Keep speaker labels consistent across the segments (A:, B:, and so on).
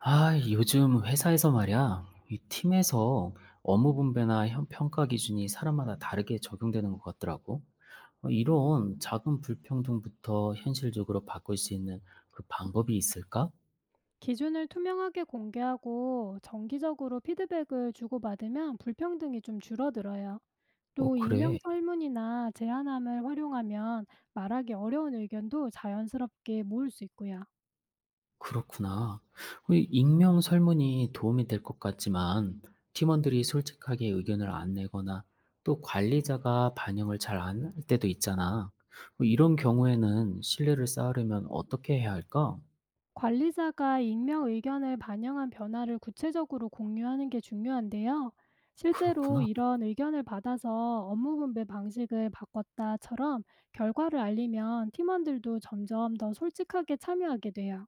A: 아, 요즘 회사에서 말이야, 이 팀에서 업무 분배나 평가 기준이 사람마다 다르게 적용되는 것 같더라고. 어, 이런 작은 불평등부터 현실적으로 바꿀 수 있는 그 방법이 있을까?
B: 기준을 투명하게 공개하고 정기적으로 피드백을 주고받으면 불평등이 좀 줄어들어요.
A: 어,
B: 또 익명
A: 그래.
B: 설문이나 제안함을 활용하면 말하기 어려운 의견도 자연스럽게 모을 수 있고요.
A: 그렇구나. 어, 이 익명 설문이 도움이 될 것 같지만, 팀원들이 솔직하게 의견을 안 내거나 또 관리자가 반영을 잘 안 할 때도 있잖아. 어, 이런 경우에는 신뢰를 쌓으려면 어떻게 해야 할까?
B: 관리자가 익명 의견을 반영한 변화를 구체적으로 공유하는 게 중요한데요. 실제로
A: 그렇구나.
B: 이런 의견을 받아서 업무 분배 방식을 바꿨다처럼 결과를 알리면 팀원들도 점점 더 솔직하게 참여하게 돼요.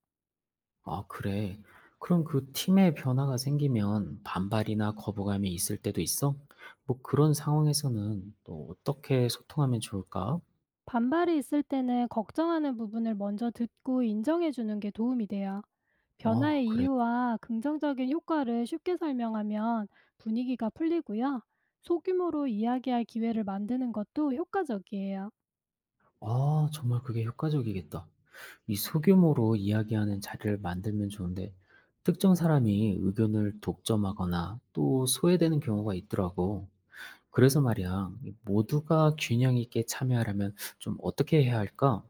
A: 아 그래. 그럼 그 팀의 변화가 생기면 반발이나 거부감이 있을 때도 있어? 뭐 그런 상황에서는 또 어떻게 소통하면 좋을까?
B: 반발이 있을 때는 걱정하는 부분을 먼저 듣고 인정해 주는 게 도움이 돼요.
A: 어
B: 변화의
A: 그래.
B: 이유와 긍정적인 효과를 쉽게 설명하면 분위기가 풀리고요. 소규모로 이야기할 기회를 만드는 것도 효과적이에요.
A: 아 정말 그게 효과적이겠다. 이 소규모로 이야기하는 자리를 만들면 좋은데 특정 사람이 의견을 독점하거나 또 소외되는 경우가 있더라고. 그래서 말이야, 이 모두가 균형 있게 참여하려면 좀 어떻게 해야 할까?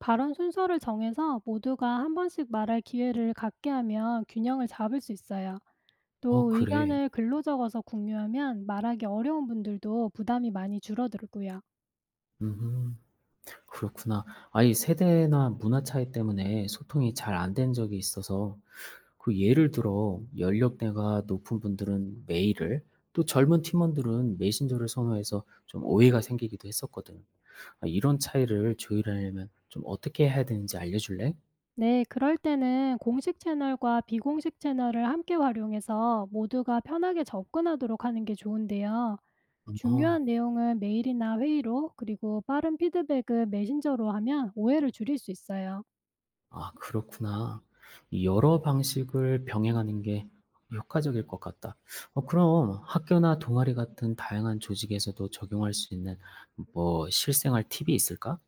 B: 발언 순서를 정해서 모두가 한 번씩 말할 기회를 갖게 하면 균형을 잡을 수 있어요.
A: 어,
B: 또
A: 그래.
B: 의견을 글로 적어서 공유하면 말하기 어려운 분들도 부담이 많이 줄어들고요.
A: 음. 그렇구나. 아니 세대나 문화 차이 때문에 소통이 잘 안된 적이 있어서 그 예를 들어 연령대가 높은 분들은 메일을 또 젊은 팀원들은 메신저를 선호해서 좀 오해가 생기기도 했었거든. 아 이런 차이를 조율하려면 좀 어떻게 해야 되는지 알려줄래?
B: 네, 그럴 때는 공식 채널과 비공식 채널을 함께 활용해서 모두가 편하게 접근하도록 하는 게 좋은데요.
A: 어.
B: 중요한 내용은 메일이나 회의로, 그리고 빠른 피드백은 메신저로 하면 오해를 줄일 수 있어요.
A: 아 그렇구나. 여러 방식을 병행하는 게 효과적일 것 같다. 어 그럼 학교나 동아리 같은 다양한 조직에서도 적용할 수 있는 뭐 실생활 팁이 있을까?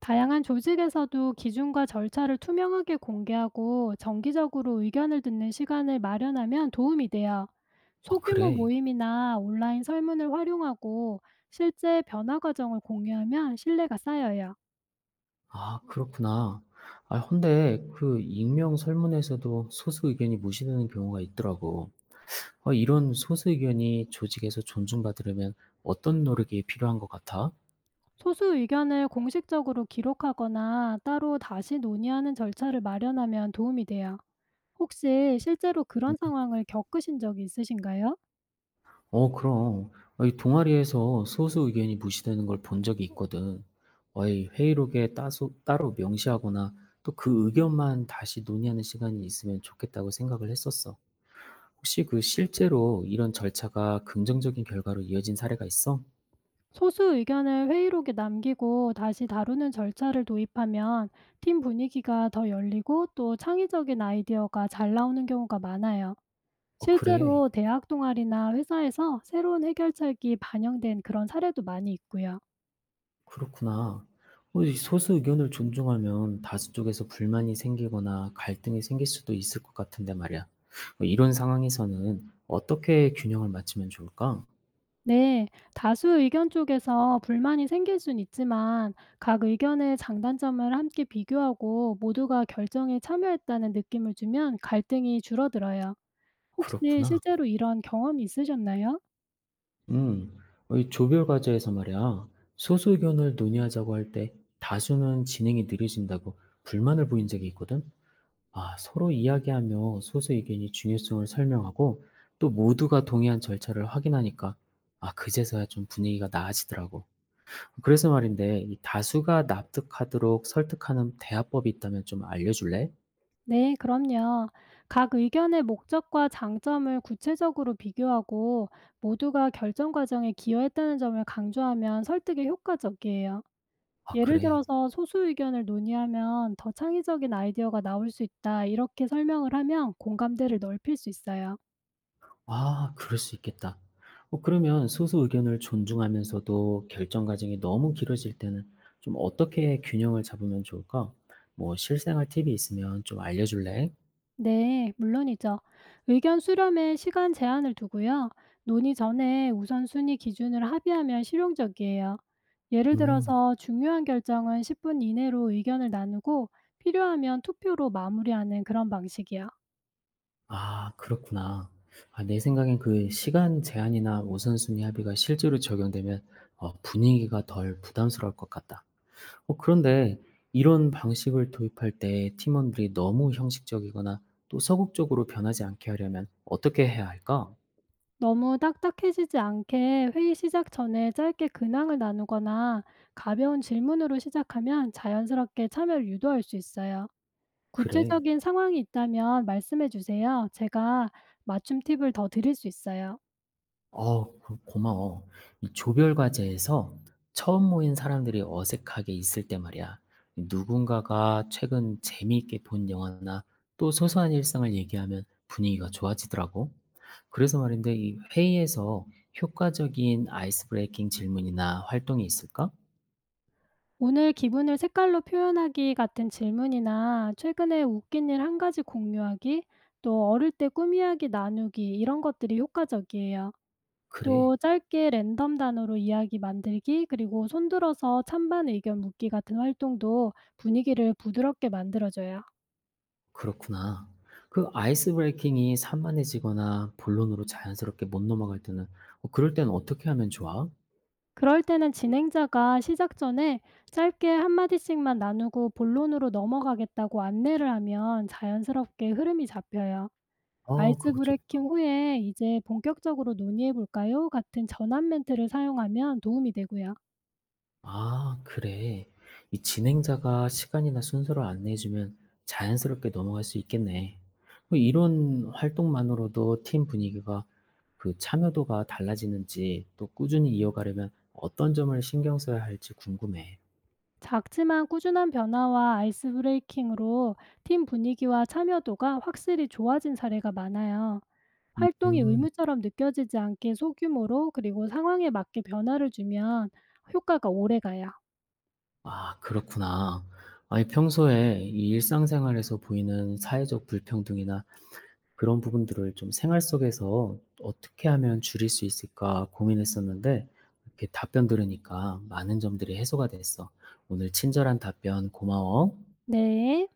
B: 다양한 조직에서도 기준과 절차를 투명하게 공개하고 정기적으로 의견을 듣는 시간을 마련하면 도움이 돼요.
A: 아
B: 소규모
A: 그래.
B: 모임이나 온라인 설문을 활용하고 실제 변화 과정을 공유하면 신뢰가 쌓여요.
A: 아 그렇구나. 아 근데 그 익명 설문에서도 소수 의견이 무시되는 경우가 있더라고. 어 이런 소수 의견이 조직에서 존중받으려면 어떤 노력이 필요한 것 같아?
B: 소수 의견을 공식적으로 기록하거나 따로 다시 논의하는 절차를 마련하면 도움이 돼요. 혹시 실제로 그런 상황을 겪으신 적이 있으신가요?
A: 어 그럼. 아 이 동아리에서 소수 의견이 무시되는 걸 본 적이 있거든. 아이 회의록에 따소 따로 명시하거나 또 그 의견만 다시 논의하는 시간이 있으면 좋겠다고 생각을 했었어. 혹시 그 실제로 이런 절차가 긍정적인 결과로 이어진 사례가 있어?
B: 소수 의견을 회의록에 남기고 다시 다루는 절차를 도입하면 팀 분위기가 더 열리고 또 창의적인 아이디어가 잘 나오는 경우가 많아요.
A: 어 그래.
B: 실제로 대학 동아리나 회사에서 새로운 해결책이 반영된 그런 사례도 많이 있고요.
A: 그렇구나. 어 이 소수 의견을 존중하면 다수 쪽에서 불만이 생기거나 갈등이 생길 수도 있을 것 같은데 말이야. 어 이런 상황에서는 어떻게 균형을 맞추면 좋을까?
B: 네, 다수 의견 쪽에서 불만이 생길 순 있지만 각 의견의 장단점을 함께 비교하고 모두가 결정에 참여했다는 느낌을 주면 갈등이 줄어들어요. 혹시
A: 그렇구나.
B: 실제로 이런 경험이 있으셨나요?
A: 음, 어, 이 조별 과제에서 말이야, 소수 의견을 논의하자고 할 때 다수는 진행이 느려진다고 불만을 보인 적이 있거든. 아, 서로 이야기하며 소수 의견이 중요성을 설명하고 또 모두가 동의한 절차를 확인하니까 아, 그제서야 좀 분위기가 나아지더라고. 그래서 말인데, 이 다수가 납득하도록 설득하는 대화법이 있다면 좀 알려줄래?
B: 네, 그럼요. 각 의견의 목적과 장점을 구체적으로 비교하고 모두가 결정 과정에 기여했다는 점을 강조하면 설득에 효과적이에요.
A: 아,
B: 예를
A: 그래.
B: 들어서 "소수 의견을 논의하면 더 창의적인 아이디어가 나올 수 있다." 이렇게 설명을 하면 공감대를 넓힐 수 있어요.
A: 아 그럴 수 있겠다. 어 그러면 소수 의견을 존중하면서도 결정 과정이 너무 길어질 때는 좀 어떻게 균형을 잡으면 좋을까? 뭐 실생활 팁이 있으면 좀 알려줄래?
B: 네, 물론이죠. 의견 수렴에 시간 제한을 두고요. 논의 전에 우선순위 기준을 합의하면 실용적이에요. 예를
A: 음.
B: 들어서 중요한 결정은 10분 이내로 의견을 나누고 필요하면 투표로 마무리하는 그런 방식이요.
A: 아 그렇구나. 아 내 생각엔 그 시간 제한이나 우선순위 합의가 실제로 적용되면 어 분위기가 덜 부담스러울 것 같다. 어 그런데 이런 방식을 도입할 때 팀원들이 너무 형식적이거나 또 서극적으로 변하지 않게 하려면 어떻게 해야 할까?
B: 너무 딱딱해지지 않게 회의 시작 전에 짧게 근황을 나누거나 가벼운 질문으로 시작하면 자연스럽게 참여를 유도할 수 있어요.
A: 그래.
B: 구체적인 상황이 있다면 말씀해 주세요. 제가 맞춤 팁을 더 드릴 수 있어요.
A: 어 고 고마워. 이 조별 과제에서 처음 모인 사람들이 어색하게 있을 때 말이야. 누군가가 최근 재미있게 본 영화나 또 소소한 일상을 얘기하면 분위기가 좋아지더라고. 그래서 말인데 이 회의에서 효과적인 아이스 브레이킹 질문이나 활동이 있을까?
B: 오늘 기분을 색깔로 표현하기 같은 질문이나 최근에 웃긴 일 한 가지 공유하기, 또 어릴 때 꿈 이야기 나누기 이런 것들이 효과적이에요.
A: 그래.
B: 또 짧게 랜덤 단어로 이야기 만들기 그리고 손들어서 찬반 의견 묻기 같은 활동도 분위기를 부드럽게 만들어줘요.
A: 그렇구나. 그 아이스 브레이킹이 산만해지거나 본론으로 자연스럽게 못 넘어갈 때는 어 그럴 때는 어떻게 하면 좋아?
B: 그럴 때는 진행자가 시작 전에 짧게 한마디씩만 나누고 본론으로 넘어가겠다고 안내를 하면 자연스럽게 흐름이 잡혀요.
A: 어
B: 아이스
A: 그거 좋다.
B: 브레이킹 후에 이제 본격적으로 논의해 볼까요? 같은 전환 멘트를 사용하면 도움이 되고요.
A: 아, 그래. 이 진행자가 시간이나 순서를 안내해 주면 자연스럽게 넘어갈 수 있겠네. 뭐 이런 활동만으로도 팀 분위기가 그 참여도가 달라지는지 또 꾸준히 이어가려면 어떤 점을 신경 써야 할지 궁금해.
B: 작지만 꾸준한 변화와 아이스 브레이킹으로 팀 분위기와 참여도가 확실히 좋아진 사례가 많아요. 활동이
A: 음,
B: 의무처럼 느껴지지 않게 소규모로 그리고 상황에 맞게 변화를 주면 효과가 오래 가요.
A: 아, 그렇구나. 아니, 평소에 이 일상생활에서 보이는 사회적 불평등이나 그런 부분들을 좀 생활 속에서 어떻게 하면 줄일 수 있을까 고민했었는데 이렇게 답변 들으니까 많은 점들이 해소가 됐어. 오늘 친절한 답변 고마워.
B: 네.